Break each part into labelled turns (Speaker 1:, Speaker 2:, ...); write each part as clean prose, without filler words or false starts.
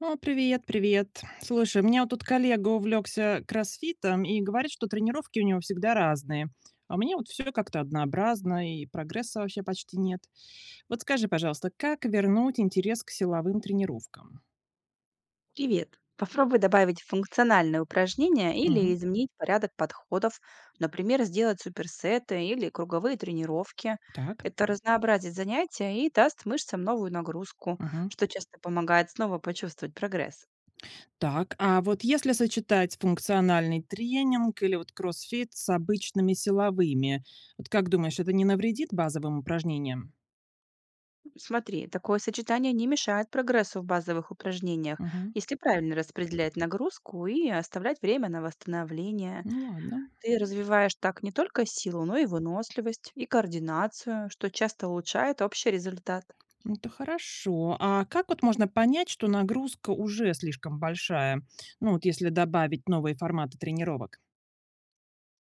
Speaker 1: О, привет, привет. Слушай, у меня вот тут коллега увлекся кроссфитом и говорит, что тренировки у него всегда разные. А у меня вот все как-то однообразно, и прогресса вообще почти нет. Вот скажи, пожалуйста, как вернуть интерес к силовым тренировкам?
Speaker 2: Привет! Попробуй добавить функциональные упражнения или
Speaker 1: Мгм.
Speaker 2: изменить порядок подходов, например, сделать суперсеты или круговые тренировки.
Speaker 1: Так,
Speaker 2: Это разнообразит занятия и даст мышцам новую нагрузку,
Speaker 1: мгм.
Speaker 2: что часто помогает снова почувствовать прогресс.
Speaker 1: Так, а вот если сочетать функциональный тренинг или вот кроссфит с обычными силовыми, вот как думаешь, это не навредит базовым упражнениям?
Speaker 2: Смотри, такое сочетание не мешает прогрессу в базовых упражнениях,
Speaker 1: Мгм.
Speaker 2: если правильно распределять нагрузку и оставлять время на восстановление.
Speaker 1: Ну ладно.
Speaker 2: Ты развиваешь так не только силу, но и выносливость, и координацию, что часто улучшает общий результат.
Speaker 1: Ну, это хорошо. А как вот можно понять, что нагрузка уже слишком большая? Ну, вот если добавить новые форматы тренировок.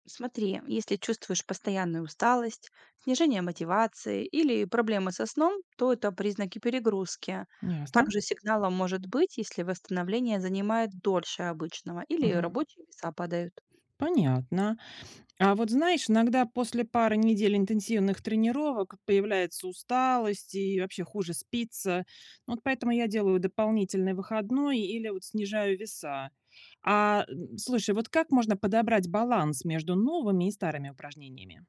Speaker 2: Смотри, если чувствуешь постоянную усталость, снижение мотивации или проблемы со сном, то это признаки перегрузки.
Speaker 1: Ясно.
Speaker 2: Также сигналом может быть, если восстановление занимает дольше обычного или
Speaker 1: Мгм.
Speaker 2: рабочие веса падают.
Speaker 1: Понятно. А вот знаешь, иногда после пары недель интенсивных тренировок появляется усталость и вообще хуже спится. Ну, вот поэтому я делаю дополнительный выходной или вот снижаю веса. Слушай, вот как можно подобрать баланс между новыми и старыми упражнениями?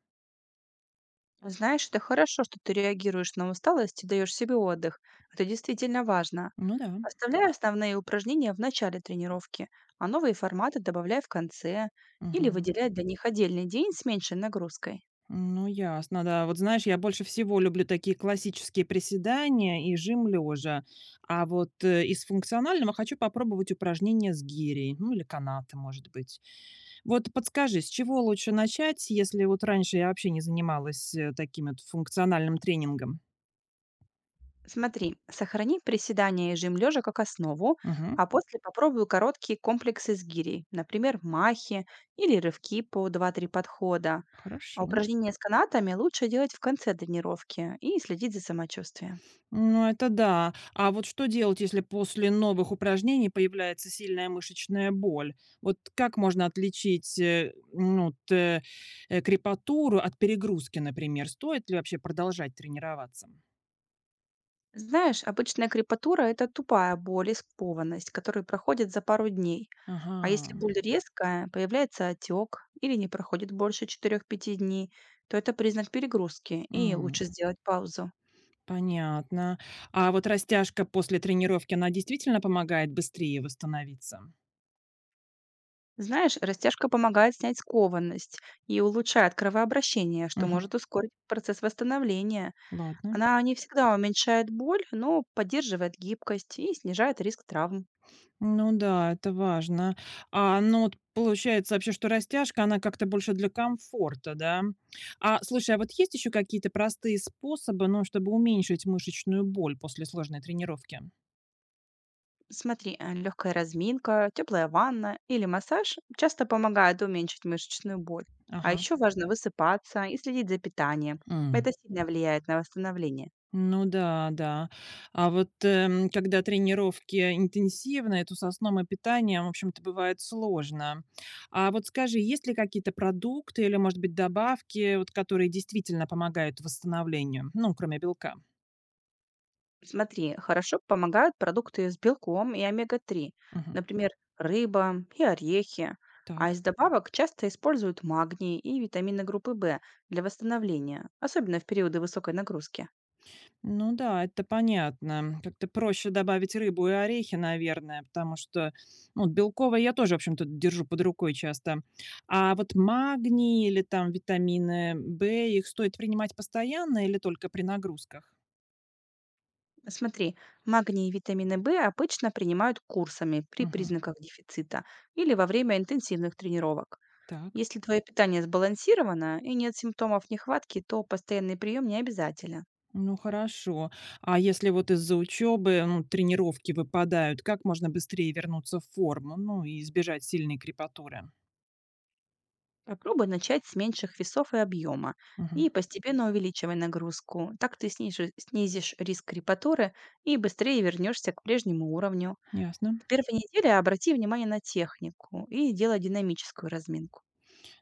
Speaker 2: Знаешь, это хорошо, что ты реагируешь на усталость и даешь себе отдых. Это действительно важно.
Speaker 1: Ну да.
Speaker 2: Оставляй основные упражнения в начале тренировки, а новые форматы добавляй в конце или
Speaker 1: Мгм.
Speaker 2: выделяй для них отдельный день с меньшей нагрузкой.
Speaker 1: Ну, ясно, да. Вот знаешь, я больше всего люблю такие классические приседания и жим лежа. А вот из функционального хочу попробовать упражнения с гирей, ну или канаты, может быть. Вот подскажи, с чего лучше начать, если вот раньше я вообще не занималась таким вот функциональным тренингом?
Speaker 2: Смотри, сохрани приседания и жим лежа как основу,
Speaker 1: Угу,
Speaker 2: а после попробуй короткие комплексы с гирей, например, махи или рывки по 2-3 подхода. А
Speaker 1: хорошо.
Speaker 2: упражнения с канатами лучше делать в конце тренировки и следить за самочувствием.
Speaker 1: Ну, это да. А вот что делать, если после новых упражнений появляется сильная мышечная боль? Вот как можно отличить ну, вот, крепатуру от перегрузки, например? Стоит ли вообще продолжать тренироваться?
Speaker 2: Знаешь, обычная крепатура — это тупая боль и скованность, которые проходят за пару дней. А если
Speaker 1: Ага,
Speaker 2: боль резкая, появляется отек или не проходит больше 4 пяти дней, то это признак перегрузки, и
Speaker 1: м,
Speaker 2: лучше сделать паузу.
Speaker 1: понятно. А вот растяжка после тренировки, она действительно помогает быстрее восстановиться?
Speaker 2: Знаешь, растяжка помогает снять скованность и улучшает кровообращение, что
Speaker 1: Угу.
Speaker 2: может ускорить процесс восстановления.
Speaker 1: Ладно.
Speaker 2: Она не всегда уменьшает боль, но поддерживает гибкость и снижает риск травм.
Speaker 1: Ну да, это важно. А, ну вот получается вообще, что растяжка, она как-то больше для комфорта, да? А слушай, а вот есть еще какие-то простые способы, ну, чтобы уменьшить мышечную боль после сложной тренировки?
Speaker 2: Смотри, легкая разминка, теплая ванна или массаж часто помогают уменьшить мышечную боль. А
Speaker 1: Ага.
Speaker 2: еще важно высыпаться и следить за питанием. Это
Speaker 1: М.
Speaker 2: сильно влияет на восстановление.
Speaker 1: Ну да, да. А вот когда тренировки интенсивные, то со сном и питанием, в общем-то, бывает сложно. А вот скажи, есть ли какие-то продукты или, может быть, добавки, вот, которые действительно помогают восстановлению, ну, кроме белка?
Speaker 2: Смотри, хорошо помогают продукты с белком и омега-3,
Speaker 1: Мгм.
Speaker 2: например, рыба и орехи. А
Speaker 1: Так.
Speaker 2: из добавок часто используют магний и витамины группы В для восстановления, особенно в периоды высокой нагрузки.
Speaker 1: Ну да, это понятно. Как-то проще добавить рыбу и орехи, наверное, потому что, ну, белковое я тоже, в общем-то, держу под рукой часто. А вот магний или там витамины В, их стоит принимать постоянно или только при нагрузках?
Speaker 2: Смотри, магний и витамины В обычно принимают курсами при
Speaker 1: Мгм.
Speaker 2: признаках дефицита или во время интенсивных тренировок.
Speaker 1: Так.
Speaker 2: Если твое питание сбалансировано и нет симптомов нехватки, то постоянный прием не обязателен.
Speaker 1: Ну хорошо. А если вот из-за учебы, ну, тренировки выпадают, как можно быстрее вернуться в форму, ну и избежать сильной крепатуры?
Speaker 2: Попробуй начать с меньших весов и объема
Speaker 1: Мгм.
Speaker 2: и постепенно увеличивай нагрузку. Так ты снизишь риск крепатуры и быстрее вернешься к прежнему уровню.
Speaker 1: Ясно.
Speaker 2: В 1-ю неделе обрати внимание на технику и делай динамическую разминку.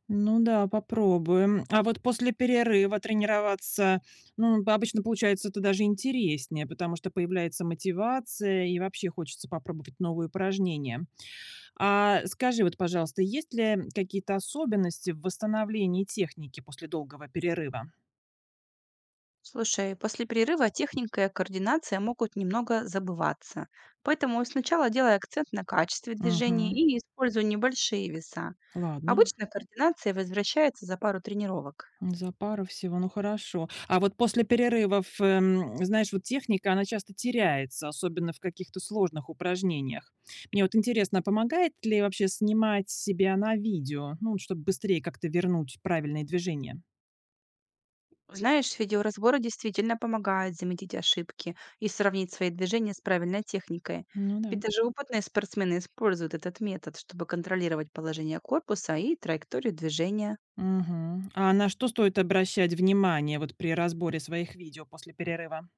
Speaker 1: Ну да, попробуем. А вот после перерыва тренироваться, ну, обычно получается это даже интереснее, потому что появляется мотивация и вообще хочется попробовать новые упражнения. А скажи вот, пожалуйста, есть ли какие-то особенности в восстановлении техники после долгого перерыва?
Speaker 2: Слушай, после перерыва техника и координация могут немного забываться. Поэтому сначала делай акцент на качестве движений
Speaker 1: Угу.
Speaker 2: и используй небольшие веса.
Speaker 1: Ладно.
Speaker 2: Обычно координация возвращается за пару тренировок.
Speaker 1: За пару всего, ну хорошо. А вот после перерывов, знаешь, вот техника, она часто теряется, особенно в каких-то сложных упражнениях. Мне вот интересно, помогает ли вообще снимать себя на видео, ну, чтобы быстрее как-то вернуть правильные движения?
Speaker 2: Знаешь, видеоразборы действительно помогают заметить ошибки и сравнить свои движения с правильной техникой.
Speaker 1: Ну да.
Speaker 2: Ведь даже опытные спортсмены используют этот метод, чтобы контролировать положение корпуса и траекторию движения.
Speaker 1: Мгм. А на что стоит обращать внимание вот при разборе своих видео после перерыва?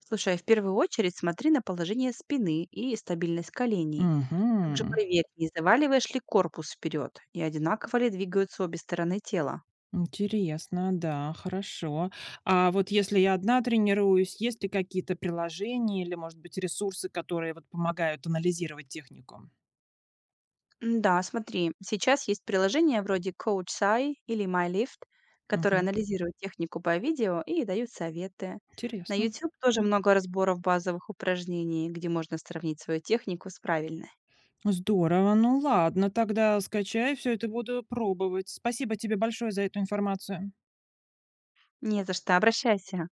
Speaker 2: Слушай, а в первую очередь смотри на положение спины и стабильность коленей. Также
Speaker 1: Мгм.
Speaker 2: проверь, не заваливаешь ли корпус вперед и одинаково ли двигаются обе стороны тела.
Speaker 1: Интересно, да, хорошо. А вот если я одна тренируюсь, есть ли какие-то приложения или, может быть, ресурсы, которые вот помогают анализировать технику?
Speaker 2: М-да, смотри, сейчас есть приложения вроде CoachSai или MyLift, которые
Speaker 1: Мгм.
Speaker 2: анализируют технику по видео и дают советы. На
Speaker 1: Интересно.
Speaker 2: YouTube тоже много разборов базовых упражнений, где можно сравнить свою технику с правильной.
Speaker 1: Здорово. Ну ладно, тогда скачай все это, буду пробовать. Спасибо тебе большое за эту информацию.
Speaker 2: Не за что, обращайся.